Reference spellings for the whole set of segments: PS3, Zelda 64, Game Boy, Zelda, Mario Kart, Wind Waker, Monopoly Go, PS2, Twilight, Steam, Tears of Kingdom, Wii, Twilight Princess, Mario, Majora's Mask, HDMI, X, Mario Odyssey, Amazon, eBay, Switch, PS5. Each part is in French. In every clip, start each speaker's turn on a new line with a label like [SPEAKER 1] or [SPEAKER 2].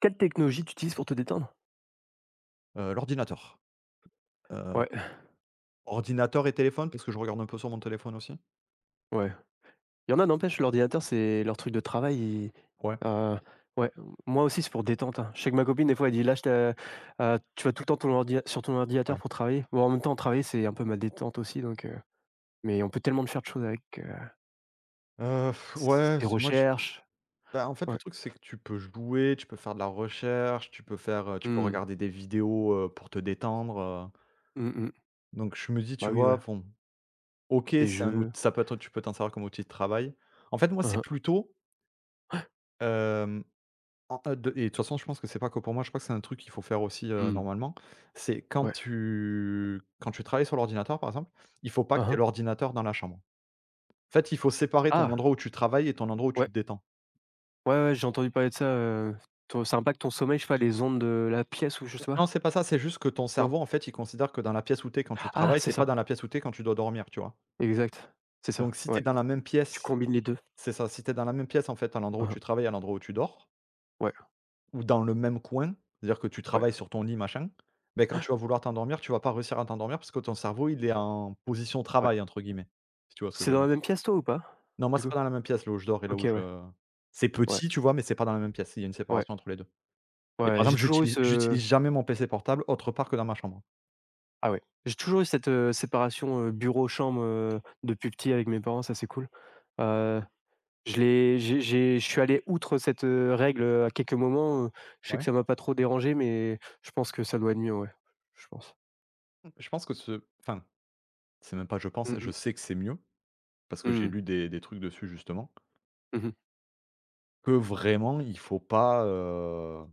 [SPEAKER 1] Quelle technologie tu utilises pour te détendre?
[SPEAKER 2] L'ordinateur. Heu,
[SPEAKER 1] Ouais,
[SPEAKER 2] Ordinateur et téléphone, OK, parce que je regarde un peu sur mon téléphone aussi.
[SPEAKER 1] ouais. Il y en a, n'empêche, l'ordinateur, c'est leur truc de travail, ils
[SPEAKER 2] Ouais,
[SPEAKER 1] heu, ouais, moi aussi, c'est pour détente, hein. Je sais que ma copine, des fois, elle dit: «Lâche, je te tu vas tout le temps ton ordi sur ton
[SPEAKER 2] ouais.
[SPEAKER 1] ordinateur pour travailler». Bon, en même temps, travailler, c'est un peu ma détente aussi, donc mais on peut tellement de faire de choses avec, s
[SPEAKER 2] Ouais,
[SPEAKER 1] des
[SPEAKER 2] c moi je
[SPEAKER 1] recherches.
[SPEAKER 2] bah, En fait, le
[SPEAKER 1] Ouais.
[SPEAKER 2] truc, c'est que tu peux jouer, tu peux faire de la recherche, tu peux faire, tu peux
[SPEAKER 1] Mmh.
[SPEAKER 2] regarder des vidéos, pour te détendre,
[SPEAKER 1] Mmh mh.
[SPEAKER 2] donc je me dis, tu
[SPEAKER 1] Bah oui,
[SPEAKER 2] vois,
[SPEAKER 1] ouais.
[SPEAKER 2] bon, OK,
[SPEAKER 1] Des
[SPEAKER 2] c'est un
[SPEAKER 1] jeux.
[SPEAKER 2] out ça peut être tu peux t'en servir comme outil de travail. En fait, moi,
[SPEAKER 1] Hein
[SPEAKER 2] c'est
[SPEAKER 1] hein.
[SPEAKER 2] plutôt. En de et de toute façon, je pense que c'est pas que pour moi, je crois que c'est un truc qu'il faut faire aussi,
[SPEAKER 1] Mmh.
[SPEAKER 2] normalement. C'est quand
[SPEAKER 1] Ouais.
[SPEAKER 2] tu quand tu travailles sur l'ordinateur, par exemple, il faut pas
[SPEAKER 1] Hein
[SPEAKER 2] que tu aies
[SPEAKER 1] hein.
[SPEAKER 2] l'ordinateur dans la chambre. En fait, il faut séparer ton
[SPEAKER 1] Ah!
[SPEAKER 2] endroit où tu travailles et ton endroit où tu
[SPEAKER 1] Ouais.
[SPEAKER 2] te détends.
[SPEAKER 1] Ouais, ouais, j'ai entendu parler de ça, ton ça impacte ton sommeil, je sais pas, les ondes de la pièce ou je sais
[SPEAKER 2] Non,
[SPEAKER 1] pas?
[SPEAKER 2] c'est pas ça, c'est juste que ton
[SPEAKER 1] Non?
[SPEAKER 2] cerveau, en fait, il considère que dans la pièce où tu es quand tu
[SPEAKER 1] Ah,
[SPEAKER 2] travailles,
[SPEAKER 1] c'est
[SPEAKER 2] c'est pas
[SPEAKER 1] ça.
[SPEAKER 2] dans la pièce où tu es quand tu dois dormir, tu vois?
[SPEAKER 1] Exact, c'est
[SPEAKER 2] Donc
[SPEAKER 1] ça,
[SPEAKER 2] si t'es
[SPEAKER 1] ouais.
[SPEAKER 2] dans la même
[SPEAKER 1] Tu
[SPEAKER 2] pièce,
[SPEAKER 1] combines les 2.
[SPEAKER 2] c'est ça. Si t'es dans la même pièce, en fait, à l'endroit où
[SPEAKER 1] Mmh.
[SPEAKER 2] tu travailles, à l'endroit où tu dors.
[SPEAKER 1] Ouais,
[SPEAKER 2] Ou dans le même coin, c'est-à-dire que tu
[SPEAKER 1] ouais,
[SPEAKER 2] travailles sur ton lit machin, beh, quand tu vas vouloir t'endormir, tu vas pas réussir à t'endormir parce que ton cerveau, il est en «position
[SPEAKER 1] ouais.
[SPEAKER 2] travail» entre guillemets, si tu vois ce que je
[SPEAKER 1] C'est
[SPEAKER 2] veux
[SPEAKER 1] dans
[SPEAKER 2] dire?
[SPEAKER 1] la même pièce toi ou pas?
[SPEAKER 2] Non, moi,
[SPEAKER 1] Du
[SPEAKER 2] c'est
[SPEAKER 1] coup?
[SPEAKER 2] pas dans la même pièce là où je dors et là
[SPEAKER 1] OK,
[SPEAKER 2] où je
[SPEAKER 1] ouais,
[SPEAKER 2] c'est
[SPEAKER 1] ouais,
[SPEAKER 2] petit, tu vois? Mais c'est pas dans la même pièce, il y a une
[SPEAKER 1] ouais,
[SPEAKER 2] séparation entre les 2. Et par
[SPEAKER 1] ouais, j'ai
[SPEAKER 2] exemple,
[SPEAKER 1] toujours eu
[SPEAKER 2] j'utilise
[SPEAKER 1] ce
[SPEAKER 2] j'utilise jamais mon PC portable autre part que dans ma chambre.
[SPEAKER 1] ah ouais, j'ai toujours eu cette, séparation, bureau-chambre, depuis petit avec mes parents, ça c'est cool. Heu, je l'ai j'ai je suis allé outre cette, règle, à quelques moments, je sais que
[SPEAKER 2] Ouais.
[SPEAKER 1] ça m'a pas trop dérangé, mais je pense que ça doit être mieux, ouais, je pense.
[SPEAKER 2] Je pense que ce enfin, c'est même pas je pense,
[SPEAKER 1] Mmh
[SPEAKER 2] je
[SPEAKER 1] mh.
[SPEAKER 2] sais que c'est mieux parce
[SPEAKER 1] Mmh
[SPEAKER 2] que j'ai
[SPEAKER 1] mh.
[SPEAKER 2] lu des trucs dessus justement,
[SPEAKER 1] Mmh mh.
[SPEAKER 2] que vraiment il faut pas,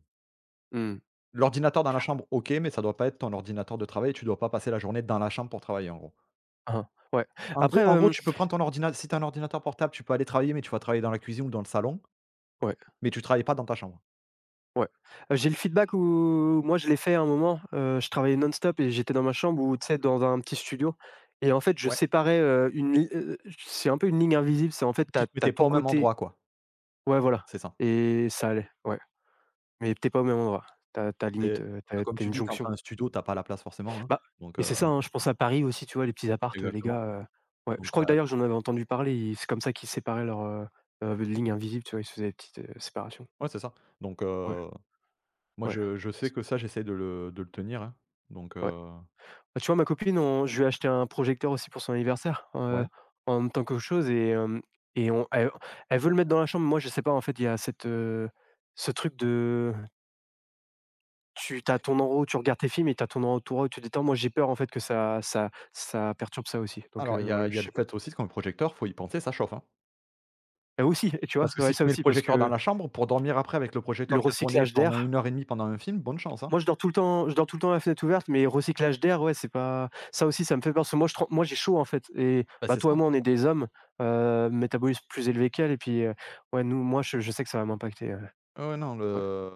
[SPEAKER 1] Mmh.
[SPEAKER 2] l'ordinateur dans la chambre, OK, mais ça doit pas être ton ordinateur de travail et tu dois pas passer la journée dans la chambre pour travailler, en gros.
[SPEAKER 1] Hein, ouais.
[SPEAKER 2] En gros
[SPEAKER 1] Après,
[SPEAKER 2] en gros,
[SPEAKER 1] hem
[SPEAKER 2] tu peux prendre ton ordinateur. Si tu as un ordinateur portable, tu peux aller travailler, mais tu vas travailler dans la cuisine ou dans le salon,
[SPEAKER 1] ouais.
[SPEAKER 2] mais tu travailles pas dans ta chambre.
[SPEAKER 1] Ouais. J'ai le feedback où moi je l'ai fait à un moment, je travaillais non-stop et j'étais dans ma chambre ou tu sais dans un petit studio et en fait je
[SPEAKER 2] Ouais.
[SPEAKER 1] séparais, une li c'est un peu une ligne invisible, c'est en fait
[SPEAKER 2] Tu
[SPEAKER 1] t'as
[SPEAKER 2] te
[SPEAKER 1] as
[SPEAKER 2] mettais pas
[SPEAKER 1] ton
[SPEAKER 2] au même
[SPEAKER 1] côté
[SPEAKER 2] endroit, quoi.
[SPEAKER 1] ouais voilà
[SPEAKER 2] C'est ça.
[SPEAKER 1] et ça allait, ouais, mais t'es pas au même endroit. T'as
[SPEAKER 2] C'est
[SPEAKER 1] limite,
[SPEAKER 2] parce que comme
[SPEAKER 1] tu as
[SPEAKER 2] tu
[SPEAKER 1] une
[SPEAKER 2] dis, quand tu
[SPEAKER 1] jonction.
[SPEAKER 2] as un studio, tu pas la place forcément, hein,
[SPEAKER 1] Bah
[SPEAKER 2] donc
[SPEAKER 1] et c'est ça, hein, je pense à Paris aussi, tu vois, les petits appartes, les gars,
[SPEAKER 2] exactement,
[SPEAKER 1] ouais,
[SPEAKER 2] donc
[SPEAKER 1] je
[SPEAKER 2] tu
[SPEAKER 1] crois que d'ailleurs j'en avais entendu parler, ils c'est comme ça qu'ils séparaient leur lignes invisibles, tu vois? Ils se faisaient des petites, séparations.
[SPEAKER 2] ouais, c'est ça, donc
[SPEAKER 1] Ouais,
[SPEAKER 2] moi,
[SPEAKER 1] ouais,
[SPEAKER 2] je sais que ça, j'essaie de le tenir, hein, donc
[SPEAKER 1] ouais. Bah, tu vois, ma copine, on je lui ai acheté un projecteur aussi pour son anniversaire,
[SPEAKER 2] ouais.
[SPEAKER 1] en même temps que autre chose et hem et on elle elle veut le mettre dans la chambre. Moi, je sais pas, en fait, il y a cette, ce truc de: tu as ton endroit où tu regardes tes films et tu as ton endroit où tu détends. Moi, j'ai peur, en fait, que ça perturbe ça aussi donc
[SPEAKER 2] Alors, il y a
[SPEAKER 1] voilà,
[SPEAKER 2] il y
[SPEAKER 1] je
[SPEAKER 2] a le
[SPEAKER 1] sais pas.
[SPEAKER 2] fait aussi que quand le projecteur, faut y penser, ça chauffe, hein.
[SPEAKER 1] Elle aussi, et tu
[SPEAKER 2] Parce
[SPEAKER 1] vois?
[SPEAKER 2] que si
[SPEAKER 1] Ouais, ça
[SPEAKER 2] tu mets le
[SPEAKER 1] aussi parce
[SPEAKER 2] projecteur dans
[SPEAKER 1] que
[SPEAKER 2] la chambre, pour dormir après avec le projecteur
[SPEAKER 1] le
[SPEAKER 2] qui a tourné
[SPEAKER 1] recyclage
[SPEAKER 2] pendant une
[SPEAKER 1] d'air.
[SPEAKER 2] heure et demie pendant un film, bonne chance, hein.
[SPEAKER 1] Moi, je dors tout le temps je dors tout le temps la fenêtre ouverte, mais recyclage d'air, ouais, c'est pas ça aussi, ça me fait peur parce que moi je trem moi, j'ai chaud, en fait et
[SPEAKER 2] Bah,
[SPEAKER 1] bah,
[SPEAKER 2] c'est
[SPEAKER 1] toi et
[SPEAKER 2] ça.
[SPEAKER 1] moi, on est des hommes, métabolisme plus élevé qu'elle, et puis, ouais, nous moi, je sais que ça va m'impacter,
[SPEAKER 2] Ouais, ouais, non,
[SPEAKER 1] ouais,
[SPEAKER 2] le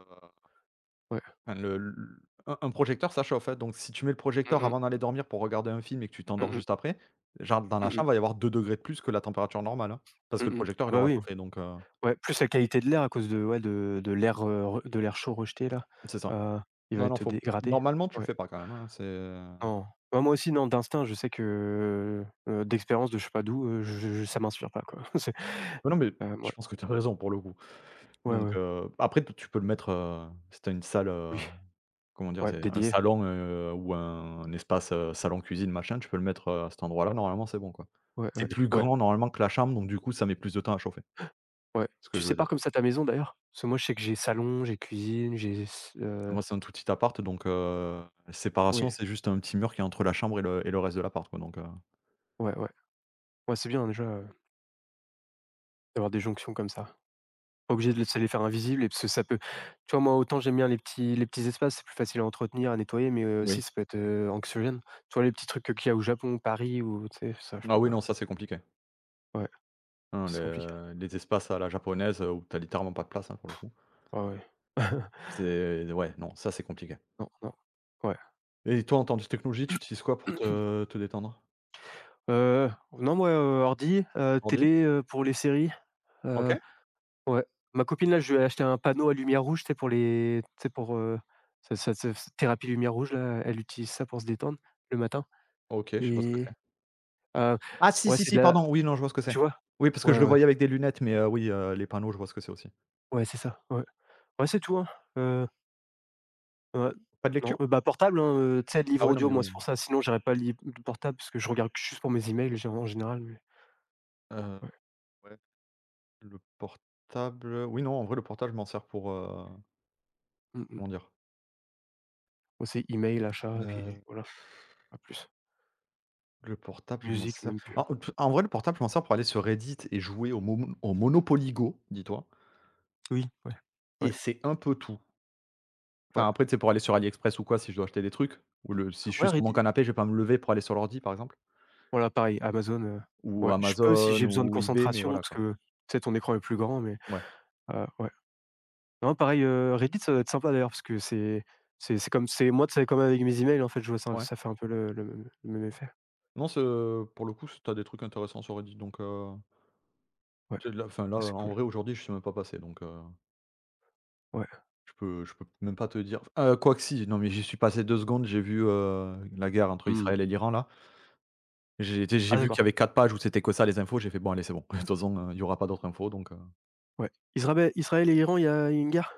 [SPEAKER 1] ouais.
[SPEAKER 2] enfin, le l un projecteur, ça chauffe, hein, donc si tu mets le
[SPEAKER 1] Mmh
[SPEAKER 2] projecteur avant
[SPEAKER 1] mh.
[SPEAKER 2] d'aller dormir pour regarder un film et que tu t'endors
[SPEAKER 1] Mmh mh.
[SPEAKER 2] juste après, genre dans la
[SPEAKER 1] Mmh mh.
[SPEAKER 2] chambre, il va y avoir 2 degrés de plus que la température normale, hein, parce que le
[SPEAKER 1] Mmh.
[SPEAKER 2] projecteur,
[SPEAKER 1] Ah
[SPEAKER 2] il
[SPEAKER 1] bah,
[SPEAKER 2] aura
[SPEAKER 1] oui,
[SPEAKER 2] chauffé, donc
[SPEAKER 1] ouais, plus la qualité de l'air à cause de ouais, de l'air, re de l'air chaud rejeté là,
[SPEAKER 2] c'est ça.
[SPEAKER 1] heu, il va
[SPEAKER 2] Non, non,
[SPEAKER 1] être
[SPEAKER 2] faut
[SPEAKER 1] dégradé.
[SPEAKER 2] normalement, tu le
[SPEAKER 1] Ouais,
[SPEAKER 2] fais pas quand même, hein. c'est
[SPEAKER 1] non. Bah, moi aussi, non, d'instinct, je sais que, d'expérience de je sais pas d'où, je ça m'inspire pas, quoi. C'est,
[SPEAKER 2] Non, non, mais je
[SPEAKER 1] ouais,
[SPEAKER 2] pense que tu as raison pour le coup,
[SPEAKER 1] ouais,
[SPEAKER 2] donc
[SPEAKER 1] ouais, oui.
[SPEAKER 2] après, tu peux le mettre, si tu as une salle, comment dire?
[SPEAKER 1] Ouais,
[SPEAKER 2] C'est un
[SPEAKER 1] dédié.
[SPEAKER 2] salon, ou un espace, salon cuisine machin, tu peux le mettre, à cet endroit-là, normalement c'est bon quoi.
[SPEAKER 1] Ouais,
[SPEAKER 2] C'est
[SPEAKER 1] ouais,
[SPEAKER 2] plus
[SPEAKER 1] ouais,
[SPEAKER 2] grand normalement que la chambre, donc du coup ça met plus de temps à chauffer,
[SPEAKER 1] ouais.
[SPEAKER 2] c'est ce que
[SPEAKER 1] Tu
[SPEAKER 2] je veux dire.
[SPEAKER 1] sépares comme ça ta maison d'ailleurs? Parce que moi je sais que j'ai salon, j'ai cuisine, j'ai s
[SPEAKER 2] Et moi, c'est un tout petit appart, donc séparation,
[SPEAKER 1] oui,
[SPEAKER 2] c'est juste un petit mur qui est entre la chambre et le reste de l'appart, quoi, donc
[SPEAKER 1] ouais, ouais. Ouais, c'est bien déjà, d'avoir des jonctions comme ça. Pas obligé de laisser les faire invisibles et parce que ça peut... tu vois, moi autant j'aime bien les petits espaces, c'est plus facile à entretenir, à nettoyer, mais,
[SPEAKER 2] oui.
[SPEAKER 1] aussi ça peut être, anxiogène. Tu vois les petits trucs, qu'il y a au Japon, Paris ou tu sais, ça je
[SPEAKER 2] Ah
[SPEAKER 1] peux
[SPEAKER 2] oui
[SPEAKER 1] pas.
[SPEAKER 2] non, ça c'est compliqué.
[SPEAKER 1] Ouais,
[SPEAKER 2] Non,
[SPEAKER 1] c'est compliqué.
[SPEAKER 2] le les espaces à la japonaise, où tu as littéralement pas de place, hein, pour le coup.
[SPEAKER 1] Ouais, ouais.
[SPEAKER 2] C'est Ouais, non, ça c'est compliqué.
[SPEAKER 1] Non, non. Ouais.
[SPEAKER 2] Et toi, en termes de technologie, tu utilises quoi pour te détendre?
[SPEAKER 1] Non moi, ordi,
[SPEAKER 2] Ordi?
[SPEAKER 1] télé, pour les séries.
[SPEAKER 2] OK.
[SPEAKER 1] Ouais. Ma copine là, je lui ai acheté un panneau à lumière rouge, tu sais pour les tu sais pour, ça ça ça f thérapie lumière rouge là, elle utilise ça pour se détendre le matin
[SPEAKER 2] OK, je sais pas ce que
[SPEAKER 1] et
[SPEAKER 2] c'est.
[SPEAKER 1] heu,
[SPEAKER 2] Ah si,
[SPEAKER 1] ouais
[SPEAKER 2] si,
[SPEAKER 1] c'est de
[SPEAKER 2] si,
[SPEAKER 1] la
[SPEAKER 2] pardon, oui, non, je vois ce que
[SPEAKER 1] tu
[SPEAKER 2] c'est.
[SPEAKER 1] vois?
[SPEAKER 2] Oui, parce que je
[SPEAKER 1] Ouais,
[SPEAKER 2] le
[SPEAKER 1] ouais,
[SPEAKER 2] voyais avec des lunettes, mais oui, les panneaux, je vois ce que c'est aussi.
[SPEAKER 1] ouais c'est ça, ouais. Ouais c'est tout, hein, heu, ouais.
[SPEAKER 2] Pas de
[SPEAKER 1] Non,
[SPEAKER 2] lecture?
[SPEAKER 1] bah portable, hein, tu sais
[SPEAKER 2] Ah
[SPEAKER 1] livre
[SPEAKER 2] oui, non,
[SPEAKER 1] audio
[SPEAKER 2] mais
[SPEAKER 1] moi
[SPEAKER 2] oui,
[SPEAKER 1] c'est pour ça, sinon j'aurais pas le livre portable parce que je regarde juste pour mes emails gé en général, mais...
[SPEAKER 2] heu,
[SPEAKER 1] Ouais.
[SPEAKER 2] ouais, le portable, oui, non, en vrai, le portable, je m'en sers pour,
[SPEAKER 1] Mmh mh.
[SPEAKER 2] comment dire?
[SPEAKER 1] Moi c'est email, achat et puis
[SPEAKER 2] Heu,
[SPEAKER 1] voilà, pas plus.
[SPEAKER 2] le portable, je m'en
[SPEAKER 1] Musique
[SPEAKER 2] sers
[SPEAKER 1] même plus, hein.
[SPEAKER 2] en vrai, le portable, je m'en sers pour aller sur Reddit et jouer au Monopoly Go, dis-toi,
[SPEAKER 1] Oui, ouais.
[SPEAKER 2] et
[SPEAKER 1] Ouais.
[SPEAKER 2] c'est un peu tout.
[SPEAKER 1] Ouais.
[SPEAKER 2] Enfin, après, tu sais, pour aller sur AliExpress ou quoi, si je dois acheter des trucs ou le si je
[SPEAKER 1] Ouais,
[SPEAKER 2] suis sur mon
[SPEAKER 1] Ready
[SPEAKER 2] canapé, je vais pas me lever pour aller sur l'ordi, par exemple,
[SPEAKER 1] voilà pareil, Amazon,
[SPEAKER 2] ou
[SPEAKER 1] ouais, je peux si
[SPEAKER 2] Amazon
[SPEAKER 1] j'ai besoin de
[SPEAKER 2] ou eBay, mais
[SPEAKER 1] concentration
[SPEAKER 2] voilà,
[SPEAKER 1] parce
[SPEAKER 2] quoi.
[SPEAKER 1] que, peut-être ton écran est plus grand mais
[SPEAKER 2] Ouais,
[SPEAKER 1] ouais. Non pareil, Reddit ça doit être sympa d'ailleurs parce que c'est comme c'est moi, c'est comme avec mes emails en fait, je vois ça
[SPEAKER 2] ouais.
[SPEAKER 1] ça fait un peu le même effet.
[SPEAKER 2] Non, c'est, pour le coup, c tu des trucs intéressants sur Reddit, donc
[SPEAKER 1] Ouais,
[SPEAKER 2] tu sais, là, enfin, là,
[SPEAKER 1] ah c'est
[SPEAKER 2] en
[SPEAKER 1] cool.
[SPEAKER 2] vrai, aujourd'hui, je suis même pas passé, donc
[SPEAKER 1] Ouais.
[SPEAKER 2] je peux même pas te dire. Quoi que si, non, mais j'y suis passé 2 secondes, j'ai vu, la guerre entre
[SPEAKER 1] Mmh.
[SPEAKER 2] Israël et l'Iran là. J'ai
[SPEAKER 1] Ah
[SPEAKER 2] vu qu'il
[SPEAKER 1] d'accord,
[SPEAKER 2] y avait 4 pages où c'était que ça les infos, j'ai fait: «Bon allez, c'est bon, de toute façon, il y aura pas d'autres infos», donc
[SPEAKER 1] ouais. Israël et Iran, il y a une guerre?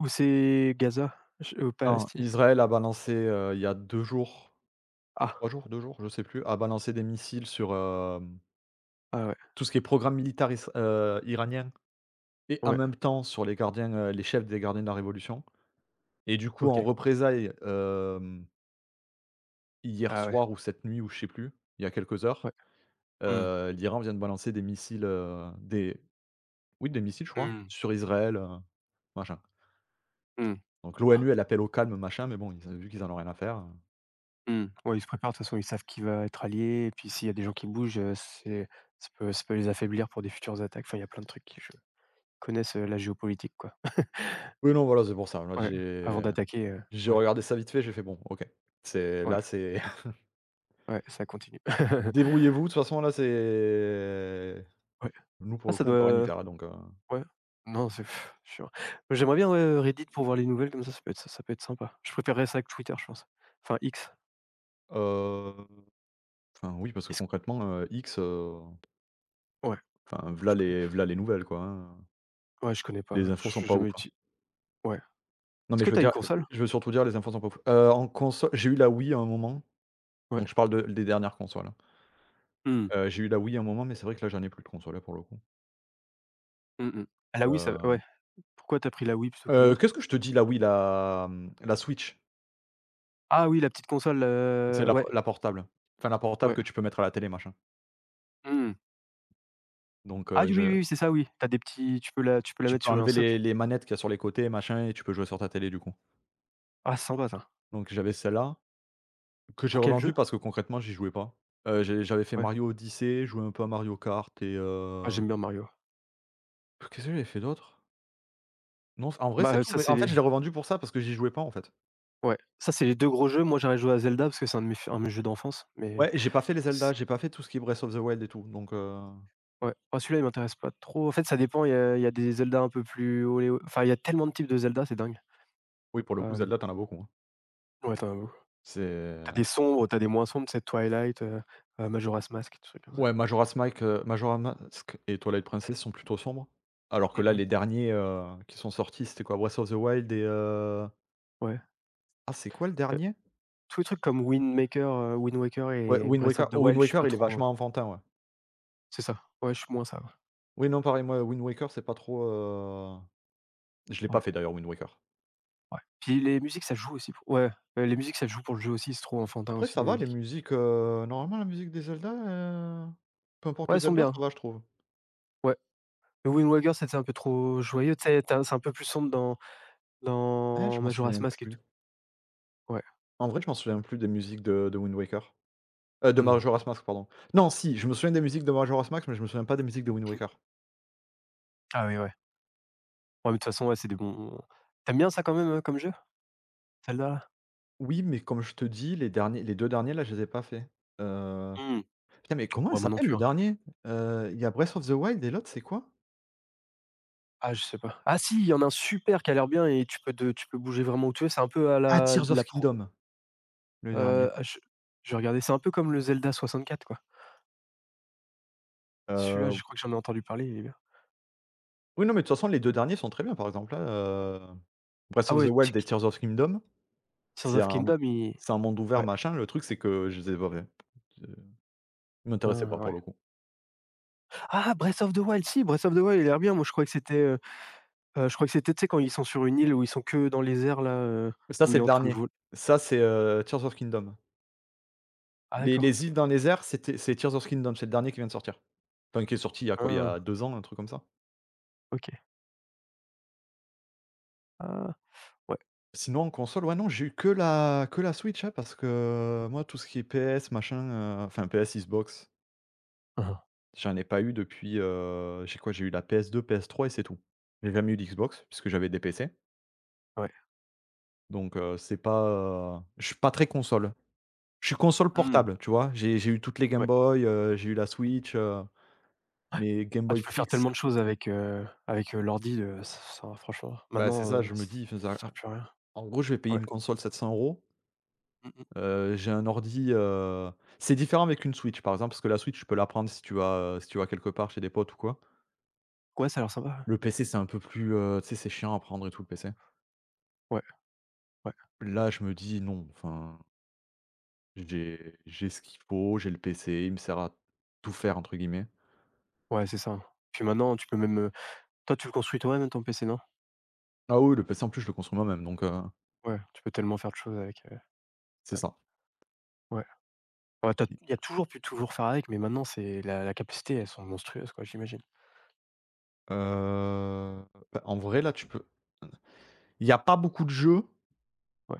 [SPEAKER 1] Ou c'est Gaza? Je ou
[SPEAKER 2] non,
[SPEAKER 1] Palestine?
[SPEAKER 2] Israël a balancé, il y a 2 jours,
[SPEAKER 1] Ah,
[SPEAKER 2] 3 jours, 2 jours, je sais plus, a balancé des missiles sur,
[SPEAKER 1] ah ouais,
[SPEAKER 2] tout ce qui est programme militaire is iranien et en
[SPEAKER 1] ouais,
[SPEAKER 2] même temps sur les gardiens, les chefs des gardiens de la révolution. Et du coup, en
[SPEAKER 1] OK.
[SPEAKER 2] représailles, hier
[SPEAKER 1] Ah ouais,
[SPEAKER 2] soir ou cette nuit ou je sais plus, il y a quelques heures,
[SPEAKER 1] ouais. Mmh.
[SPEAKER 2] l'Iran vient de balancer des missiles, des oui, des missiles, je crois,
[SPEAKER 1] Mmh.
[SPEAKER 2] sur Israël, machin.
[SPEAKER 1] Mmh.
[SPEAKER 2] Donc l'ONU, elle appelle au calme, machin, mais bon, ils ont vu qu'ils en ont rien à faire.
[SPEAKER 1] Mmh. Ouais, ils se préparent de toute façon, ils savent qui va être allié et puis s'il y a des gens qui bougent, c'est... ça peut les affaiblir pour des futures attaques. Enfin, il y a plein de trucs qui je connaissent, la géopolitique, quoi.
[SPEAKER 2] Oui, non, voilà, c'est pour ça. Là,
[SPEAKER 1] Ouais, avant d'attaquer,
[SPEAKER 2] j'ai
[SPEAKER 1] ouais,
[SPEAKER 2] regardé ça vite fait, j'ai fait: «Bon, OK, c'est
[SPEAKER 1] ouais,
[SPEAKER 2] là, c'est
[SPEAKER 1] ouais, ça continue.
[SPEAKER 2] débrouillez-vous, de toute façon, là, c'est
[SPEAKER 1] Ouais.
[SPEAKER 2] nous, pour
[SPEAKER 1] Ah
[SPEAKER 2] le
[SPEAKER 1] ça
[SPEAKER 2] coup, on peut rien y
[SPEAKER 1] doit...
[SPEAKER 2] faire, là, donc».
[SPEAKER 1] ouais. Non, c'est pff, sûr. Mais j'aimerais bien, ouais, Reddit pour voir les nouvelles comme ça, ça peut être sympa. Je préférerais ça que Twitter, je pense. Enfin X.
[SPEAKER 2] Heu, enfin, oui, parce que
[SPEAKER 1] Est-ce
[SPEAKER 2] concrètement, X,
[SPEAKER 1] ouais,
[SPEAKER 2] enfin,
[SPEAKER 1] je
[SPEAKER 2] voilà
[SPEAKER 1] connais
[SPEAKER 2] les voilà les nouvelles, quoi, hein.
[SPEAKER 1] ouais, je connais
[SPEAKER 2] Les
[SPEAKER 1] pas,
[SPEAKER 2] infos sont
[SPEAKER 1] j'ai
[SPEAKER 2] pas ouf,
[SPEAKER 1] jamais
[SPEAKER 2] hein.
[SPEAKER 1] utilisé ouais.
[SPEAKER 2] Non,
[SPEAKER 1] Est-ce
[SPEAKER 2] mais
[SPEAKER 1] que tu as une console?
[SPEAKER 2] je veux surtout dire les infos sont pas ouf. En console, j'ai eu la Wii à un moment,
[SPEAKER 1] Ouais.
[SPEAKER 2] donc je parle de des dernières consoles, hein.
[SPEAKER 1] Mmh.
[SPEAKER 2] J'ai eu la Wii à un moment, mais c'est vrai que là, j'en ai plus de console, là, pour le coup.
[SPEAKER 1] Mmh mh. La Wii ça va-...
[SPEAKER 2] Hem,
[SPEAKER 1] ouais. Pourquoi t'as pris la Wii plutôt qu'une autre?
[SPEAKER 2] Qu'est-ce que je te dis? La Wii, la Switch,
[SPEAKER 1] Ah oui, la petite console,
[SPEAKER 2] c'est la
[SPEAKER 1] ouais,
[SPEAKER 2] po la portable. Enfin, la portable
[SPEAKER 1] ouais.
[SPEAKER 2] que tu peux mettre à la télé, machin.
[SPEAKER 1] Mmh.
[SPEAKER 2] Donc
[SPEAKER 1] Ah oui, oui,
[SPEAKER 2] je
[SPEAKER 1] oui, c'est ça, oui. t'as des petits tu peux la
[SPEAKER 2] tu
[SPEAKER 1] mettre
[SPEAKER 2] peux
[SPEAKER 1] sur un
[SPEAKER 2] enlever
[SPEAKER 1] socle.
[SPEAKER 2] les manettes qu'il y a sur les côtés, machin, et tu peux jouer sur ta télé, du coup.
[SPEAKER 1] Ah, c'est sympa ça.
[SPEAKER 2] Donc j'avais celle-là, que j'ai
[SPEAKER 1] Pour quel jeu?
[SPEAKER 2] revendue parce que concrètement, j'y jouais pas. J'avais fait
[SPEAKER 1] Ouais.
[SPEAKER 2] Mario Odyssey, joué un peu à Mario Kart, et
[SPEAKER 1] Ah, j'aime bien Mario.
[SPEAKER 2] qu'est-ce que j'avais fait d'autre? Non, en vrai,
[SPEAKER 1] Bah,
[SPEAKER 2] c'est tout,
[SPEAKER 1] ça,
[SPEAKER 2] mais
[SPEAKER 1] c'est
[SPEAKER 2] en fait, je
[SPEAKER 1] les
[SPEAKER 2] l'ai revendu pour ça parce que j'y jouais pas, en fait.
[SPEAKER 1] ouais, ça, c'est les 2 gros jeux. Moi, j'aurais joué à Zelda parce que c'est un de mes jeux d'enfance, mais
[SPEAKER 2] Ouais, j'ai pas fait les
[SPEAKER 1] c
[SPEAKER 2] Zelda, j'ai pas fait tout ce qui est Breath of the Wild et tout, donc
[SPEAKER 1] ouais. Oh, celui-là, il m'intéresse pas trop. En fait, ça dépend, il y a des Zelda un peu plus olé o enfin, il y a tellement de types de Zelda, c'est dingue.
[SPEAKER 2] oui, pour le coup,
[SPEAKER 1] Hem,
[SPEAKER 2] Zelda, t'en as beaucoup, hein.
[SPEAKER 1] ouais, t'as as
[SPEAKER 2] C'est
[SPEAKER 1] des sombres, t'as des moins sombres, tu sais, Twilight, Majora's Mask, des trucs comme ça.
[SPEAKER 2] Ouais, Majora's Mask et Twilight Princess sont plutôt sombres, alors que
[SPEAKER 1] Mmh
[SPEAKER 2] là,
[SPEAKER 1] mh.
[SPEAKER 2] les derniers, qui sont sortis, c'était quoi? Breath of the Wild et
[SPEAKER 1] Ouais.
[SPEAKER 2] ah, c'est quoi le dernier?
[SPEAKER 1] Tous les trucs comme Wind Waker
[SPEAKER 2] Ouais,
[SPEAKER 1] et
[SPEAKER 2] Wind
[SPEAKER 1] Breath
[SPEAKER 2] Waker.
[SPEAKER 1] of the
[SPEAKER 2] Oh, Wind
[SPEAKER 1] Wild, je suis
[SPEAKER 2] Waker,
[SPEAKER 1] pas
[SPEAKER 2] il est
[SPEAKER 1] trop...
[SPEAKER 2] vachement enfantin, ouais.
[SPEAKER 1] c'est ça, ouais, je suis moins ça, ouais.
[SPEAKER 2] Oui, non, pareil, moi, Wind Waker, c'est pas trop. Je l'ai pas
[SPEAKER 1] Ouais,
[SPEAKER 2] fait d'ailleurs, Wind Waker.
[SPEAKER 1] ouais. Puis les musiques, ça joue aussi, pour-... ouais, les musiques, ça joue pour le jeu aussi, c'est trop enfantin
[SPEAKER 2] Après,
[SPEAKER 1] aussi
[SPEAKER 2] ça
[SPEAKER 1] les
[SPEAKER 2] va, les
[SPEAKER 1] musiques.
[SPEAKER 2] musiques, normalement, la musique des Zelda, peu importe
[SPEAKER 1] Ouais,
[SPEAKER 2] le
[SPEAKER 1] elles sont
[SPEAKER 2] Zelda,
[SPEAKER 1] bien,
[SPEAKER 2] ça va, je trouve.
[SPEAKER 1] ouais. Le Wind Waker, c'était un peu trop joyeux, tu sais? Tu c'est un peu plus sombre dans
[SPEAKER 2] Ah, je m'en
[SPEAKER 1] Majora's
[SPEAKER 2] souviens
[SPEAKER 1] Mask et
[SPEAKER 2] plus.
[SPEAKER 1] tout, ouais.
[SPEAKER 2] En vrai, je m'en souviens plus des musiques de Wind Waker. De
[SPEAKER 1] Mmh.
[SPEAKER 2] Majora's Mask, pardon. Non, si, je me souviens des musiques de Majora's Mask, mais je me souviens pas des musiques de Wind Waker.
[SPEAKER 1] Ah oui, ouais. Ouais, mais de toute façon, ouais, c'est des bons... T'aimes bien ça quand même, comme jeu? Zelda?
[SPEAKER 2] Oui, mais comme je te dis, les 2 derniers, là, je les ai pas faits. Heu,
[SPEAKER 1] Mmh.
[SPEAKER 2] Putain, mais comment il
[SPEAKER 1] Ouais, moi non
[SPEAKER 2] s'appelle
[SPEAKER 1] plus,
[SPEAKER 2] le
[SPEAKER 1] hein.
[SPEAKER 2] dernier? Il y a Breath of the Wild et l'autre, c'est quoi?
[SPEAKER 1] Ah, je sais pas. Ah si, il y en a un super qui a l'air bien et tu peux bouger vraiment où tu veux, c'est un peu à
[SPEAKER 2] Ah,
[SPEAKER 1] la
[SPEAKER 2] Tears of
[SPEAKER 1] la pro
[SPEAKER 2] Kingdom, le dernier.
[SPEAKER 1] Heu, ah je je vais c'est un peu comme le Zelda 64 quoi. Celui-là,
[SPEAKER 2] Heu,
[SPEAKER 1] je crois que j'en ai entendu parler, il est bien.
[SPEAKER 2] oui, non, mais de toute façon, les 2 derniers sont très bien, par exemple, là, Breath
[SPEAKER 1] Ah
[SPEAKER 2] of the
[SPEAKER 1] ouais,
[SPEAKER 2] Wild et Tears of Kingdom,
[SPEAKER 1] Tears
[SPEAKER 2] c'est
[SPEAKER 1] of
[SPEAKER 2] un
[SPEAKER 1] Kingdom, il...
[SPEAKER 2] c'est un monde ouvert,
[SPEAKER 1] ouais,
[SPEAKER 2] machin. Le truc, c'est que je les ai pas faits. Je ils m'intéressaient pas,
[SPEAKER 1] hein,
[SPEAKER 2] pour
[SPEAKER 1] ouais.
[SPEAKER 2] le coup.
[SPEAKER 1] Ah Breath of the Wild, si, Breath of the Wild, il a l'air bien. Moi, je croyais que c'était, je croyais que c'était, tu sais, quand ils sont sur une île où ils sont que dans les airs là,
[SPEAKER 2] Ça,
[SPEAKER 1] où
[SPEAKER 2] c'est
[SPEAKER 1] il est
[SPEAKER 2] le
[SPEAKER 1] en train de
[SPEAKER 2] dernier.
[SPEAKER 1] voler.
[SPEAKER 2] Ça, c'est Tears of Kingdom.
[SPEAKER 1] Ah
[SPEAKER 2] Les
[SPEAKER 1] d'accord.
[SPEAKER 2] les îles dans les airs, c'est Tears of Kingdom, c'est le dernier qui vient de sortir. Enfin, qui est sorti il y a quoi? Il y
[SPEAKER 1] Hein,
[SPEAKER 2] a 2 ans, un truc comme ça.
[SPEAKER 1] OK. Ah ouais.
[SPEAKER 2] Sinon, en console, ouais, non, j'ai eu que la Switch, hein, parce que moi, tout ce qui est PS, machin, enfin PS, Xbox,
[SPEAKER 1] Hein, hein,
[SPEAKER 2] j'en ai pas eu depuis, j'ai quoi? J'ai eu la PS2, PS3 et c'est tout. J'ai jamais eu d'Xbox puisque j'avais des PC,
[SPEAKER 1] ouais.
[SPEAKER 2] donc c'est pas, je suis pas très console. Je suis console
[SPEAKER 1] Mmh,
[SPEAKER 2] portable, tu vois? J'ai eu toutes les Game
[SPEAKER 1] ouais.
[SPEAKER 2] Boy, j'ai eu la Switch, mais Game
[SPEAKER 1] Ah,
[SPEAKER 2] Boy
[SPEAKER 1] tu peux faire
[SPEAKER 2] fixe.
[SPEAKER 1] tellement de choses avec, avec, l'ordi, ça ça franchement,
[SPEAKER 2] Bah, c'est
[SPEAKER 1] maintenant,
[SPEAKER 2] ça, je me dis, enfin,
[SPEAKER 1] ça sert plus à rien.
[SPEAKER 2] en gros, je vais payer
[SPEAKER 1] Ouais.
[SPEAKER 2] une console 700 €,
[SPEAKER 1] Mmh mh.
[SPEAKER 2] j'ai un ordi, c'est différent avec une Switch, par exemple, parce que la Switch, tu peux la prendre si tu vas, quelque part chez des potes ou quoi.
[SPEAKER 1] Ouais, ça a l'air sympa, ouais.
[SPEAKER 2] Le PC, c'est un peu plus, tu sais, c'est chiant à prendre et tout, le PC.
[SPEAKER 1] Ouais, ouais.
[SPEAKER 2] Là, je me dis: «Non, enfin, j'ai ce qu'il faut, j'ai le PC, il me sert à tout faire», entre guillemets.
[SPEAKER 1] Ouais, c'est ça. Puis maintenant, tu peux même, toi, tu le construis toi-même ton PC, non?
[SPEAKER 2] Ah oui, le PC, en plus, je le construis moi-même, donc
[SPEAKER 1] Ouais, tu peux tellement faire de choses avec,
[SPEAKER 2] c'est
[SPEAKER 1] dingue.
[SPEAKER 2] ça.
[SPEAKER 1] Ouais. Ouais, tu il y a toujours faire avec, mais maintenant, c'est la capacité, elles sont monstrueuses, quoi, j'imagine.
[SPEAKER 2] Heu, Bah, en vrai, là, tu peux il y a pas beaucoup de jeux
[SPEAKER 1] Ouais.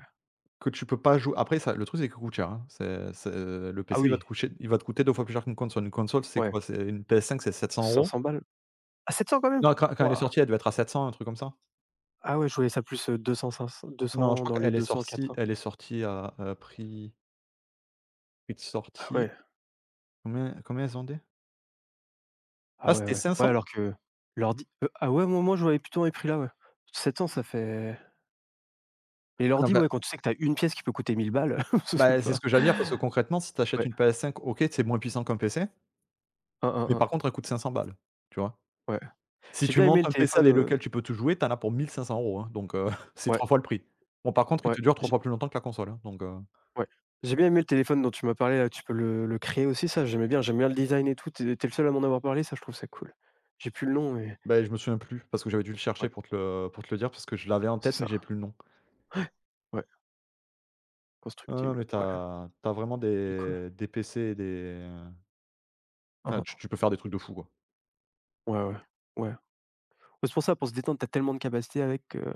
[SPEAKER 2] que tu peux pas jouer après ça. Le truc, c'est que coûte cher, hein. C'est Le
[SPEAKER 1] Ah
[SPEAKER 2] PC, il va
[SPEAKER 1] oui,
[SPEAKER 2] te coûter 2 fois plus cher qu'une console. Une console, c'est
[SPEAKER 1] ouais,
[SPEAKER 2] quoi? C'est une PS5, c'est sept cents
[SPEAKER 1] cinq
[SPEAKER 2] euros
[SPEAKER 1] cents balles. Ah 700 quand même?
[SPEAKER 2] Non, quand elle est
[SPEAKER 1] Waouh!
[SPEAKER 2] sortie, elle devait être à 700, un truc comme ça?
[SPEAKER 1] Ah ouais, je voyais ça plus, deux 200 deux
[SPEAKER 2] Non, je
[SPEAKER 1] 200
[SPEAKER 2] crois
[SPEAKER 1] dans les
[SPEAKER 2] qu'elle est sortie
[SPEAKER 1] 200-400.
[SPEAKER 2] elle est sortie à, prix de
[SPEAKER 1] Ah
[SPEAKER 2] sortie.
[SPEAKER 1] ouais.
[SPEAKER 2] Combien elles vendaient.
[SPEAKER 1] Ah
[SPEAKER 2] Ah,
[SPEAKER 1] ouais,
[SPEAKER 2] c'était
[SPEAKER 1] ouais. Ouais,
[SPEAKER 2] 500?
[SPEAKER 1] alors que l'ordi ah ouais, moi, je voyais plutôt dans les prix là, ouais. 700 ça fait... et
[SPEAKER 2] Ah non,
[SPEAKER 1] l'ordi,
[SPEAKER 2] bah
[SPEAKER 1] ouais, quand tu sais que t'as une pièce qui peut coûter 1 000 balles, je sais
[SPEAKER 2] bah, c'est ce
[SPEAKER 1] pas.
[SPEAKER 2] que j'allais dire parce que concrètement, si tu achètes
[SPEAKER 1] Ouais.
[SPEAKER 2] une PS5, OK, c'est moins puissant qu'un PC,
[SPEAKER 1] un
[SPEAKER 2] mais par
[SPEAKER 1] hein.
[SPEAKER 2] contre, elle coûte 500 balles, tu vois?
[SPEAKER 1] Ouais.
[SPEAKER 2] Si
[SPEAKER 1] J'ai
[SPEAKER 2] tu
[SPEAKER 1] bien aimé
[SPEAKER 2] montes
[SPEAKER 1] le
[SPEAKER 2] un PC
[SPEAKER 1] téléphone,
[SPEAKER 2] avec lequel tu peux tout jouer, tu en as pour 1 500 €, hein, donc c'est
[SPEAKER 1] ouais,
[SPEAKER 2] 3 fois le prix. Bon, par contre, il
[SPEAKER 1] ouais,
[SPEAKER 2] te dure 3
[SPEAKER 1] j'ai
[SPEAKER 2] fois plus longtemps que la console, hein, donc
[SPEAKER 1] ouais. J'ai bien aimé le téléphone dont tu m'as parlé là, tu peux le créer aussi ça, j'aimais bien, j'aime bien le design et tout, t'es es le seul à m'en avoir parlé, ça je trouve ça cool. J'ai plus le nom mais
[SPEAKER 2] beh, je me souviens plus parce que j'avais dû le chercher
[SPEAKER 1] ouais,
[SPEAKER 2] pour te le dire parce que je l'avais en
[SPEAKER 1] c'est
[SPEAKER 2] tête, mais
[SPEAKER 1] ça,
[SPEAKER 2] j'ai plus le nom.
[SPEAKER 1] ouais,
[SPEAKER 2] Non, non,
[SPEAKER 1] constructible,
[SPEAKER 2] mais tu
[SPEAKER 1] ouais,
[SPEAKER 2] as tu as vraiment
[SPEAKER 1] il est cool.
[SPEAKER 2] des PC et des, enfin, tu
[SPEAKER 1] Mmh.
[SPEAKER 2] tu peux faire des trucs de fou, quoi.
[SPEAKER 1] Ouais, ouais, ouais. C'est pour ça, pour se détendre, t'as tellement de capacités avec que,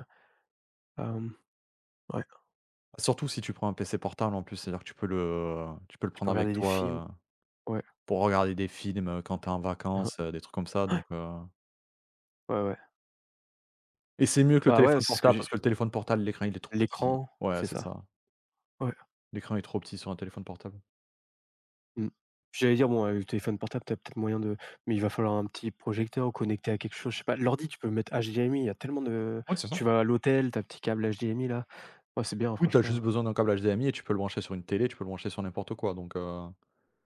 [SPEAKER 1] hem, ouais,
[SPEAKER 2] Surtout si tu prends un PC portable, en plus, c'est-à-dire que tu peux le
[SPEAKER 1] tu
[SPEAKER 2] prendre
[SPEAKER 1] peux
[SPEAKER 2] avec
[SPEAKER 1] regarder des films,
[SPEAKER 2] toi,
[SPEAKER 1] ouais.
[SPEAKER 2] pour regarder des films, quand tu es en
[SPEAKER 1] Mmh.
[SPEAKER 2] vacances, des trucs comme ça, donc
[SPEAKER 1] Ouais, ouais.
[SPEAKER 2] et c'est mieux que le
[SPEAKER 1] Bah, ouais,
[SPEAKER 2] téléphone
[SPEAKER 1] c'est ce que
[SPEAKER 2] portable
[SPEAKER 1] j'ai...
[SPEAKER 2] parce que le téléphone portable, l'écran, il est trop petit.
[SPEAKER 1] l'écran,
[SPEAKER 2] Ouais,
[SPEAKER 1] c'est
[SPEAKER 2] c'est
[SPEAKER 1] ça.
[SPEAKER 2] ça.
[SPEAKER 1] Ouais.
[SPEAKER 2] L'écran est trop petit sur un téléphone portable.
[SPEAKER 1] Mmh. J'allais dire, bon, le téléphone portable, t'as peut-être moyen de... mais il va falloir un petit projecteur ou connecté à quelque chose, je sais pas. L'ordi, tu peux le mettre HDMI, il y a tellement de...
[SPEAKER 2] Ouais, c'est ça.
[SPEAKER 1] tu vas à l'hôtel, t'as petit câble HDMI là. Ouais, c'est bien
[SPEAKER 2] Oui, tu as
[SPEAKER 1] franchement,
[SPEAKER 2] juste
[SPEAKER 1] ouais.
[SPEAKER 2] besoin d'un câble HDMI et tu peux le brancher sur une télé, tu peux le brancher sur n'importe quoi, donc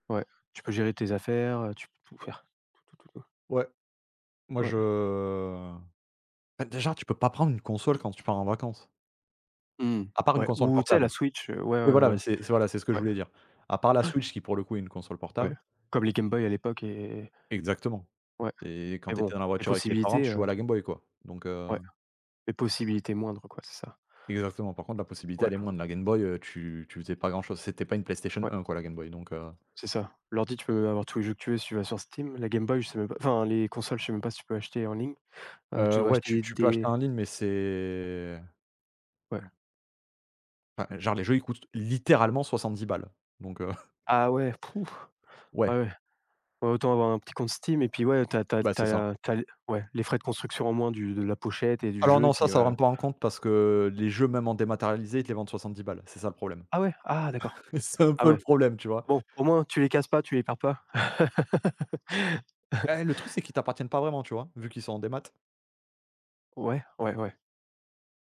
[SPEAKER 1] Ouais, tu peux gérer tes affaires, tu peux tout faire, tout, tout, tout.
[SPEAKER 2] ouais, moi
[SPEAKER 1] Ouais.
[SPEAKER 2] je bah, déjà, tu peux pas prendre une console quand tu pars en vacances,
[SPEAKER 1] Mmh.
[SPEAKER 2] à part une
[SPEAKER 1] Ouais,
[SPEAKER 2] console
[SPEAKER 1] ou tu sais
[SPEAKER 2] portable.
[SPEAKER 1] la Switch, ouais,
[SPEAKER 2] Oui,
[SPEAKER 1] ouais,
[SPEAKER 2] voilà, mais
[SPEAKER 1] voilà.
[SPEAKER 2] c'est voilà, c'est ce que je
[SPEAKER 1] Ouais,
[SPEAKER 2] voulais dire. À part la Switch qui, pour le coup, est une console
[SPEAKER 1] ouais.
[SPEAKER 2] portable.
[SPEAKER 1] Comme les Game Boy à l'époque et
[SPEAKER 2] Exactement.
[SPEAKER 1] ouais,
[SPEAKER 2] C'est quand
[SPEAKER 1] mais
[SPEAKER 2] tu étais
[SPEAKER 1] bon,
[SPEAKER 2] dans la
[SPEAKER 1] les
[SPEAKER 2] voiture avec les parents,
[SPEAKER 1] possibilités,
[SPEAKER 2] tu jouais à la Game Boy, quoi, donc
[SPEAKER 1] ouais, les possibilités moindres quoi, c'est ça.
[SPEAKER 2] exactement. Par contre, la possibilité,
[SPEAKER 1] Ouais,
[SPEAKER 2] elle est moindre. La Game Boy, tu faisais pas grand-chose. C'était pas une PlayStation
[SPEAKER 1] ouais.
[SPEAKER 2] 1, quoi, la Game Boy, donc
[SPEAKER 1] C'est ça. L'ordi, tu peux avoir tous les jeux que tu veux si tu vas sur Steam. La Game Boy, je sais même pas... enfin les consoles, je sais même pas si tu peux acheter en ligne. Tu dois
[SPEAKER 2] ouais,
[SPEAKER 1] acheter
[SPEAKER 2] tu
[SPEAKER 1] des
[SPEAKER 2] tu peux acheter en ligne, mais c'est...
[SPEAKER 1] ouais.
[SPEAKER 2] Enfin, genre les jeux, ils coûtent littéralement 70 balles, donc
[SPEAKER 1] Ah ouais, pouf! Ouais,
[SPEAKER 2] ouais,
[SPEAKER 1] ouais. Ouais, autant avoir un petit compte Steam et puis ouais,
[SPEAKER 2] bah, c'est ça.
[SPEAKER 1] t'as. L ouais, les frais de construction en moins du de la pochette et du
[SPEAKER 2] Alors
[SPEAKER 1] jeu et
[SPEAKER 2] non, ça,
[SPEAKER 1] puis,
[SPEAKER 2] ça rentre pas en compte parce que les jeux, même en dématérialisé, ils te les vendent 70 balles, c'est ça le problème.
[SPEAKER 1] ah ouais? Ah d'accord.
[SPEAKER 2] C'est un
[SPEAKER 1] Ah
[SPEAKER 2] peu le
[SPEAKER 1] ouais.
[SPEAKER 2] problème, tu vois?
[SPEAKER 1] Bon, au moins tu les casses pas, tu les perds pas.
[SPEAKER 2] Eh, le truc, c'est qu'ils t'appartiennent pas vraiment, tu vois? Vu qu'ils sont en démat.
[SPEAKER 1] Ouais, ouais, ouais.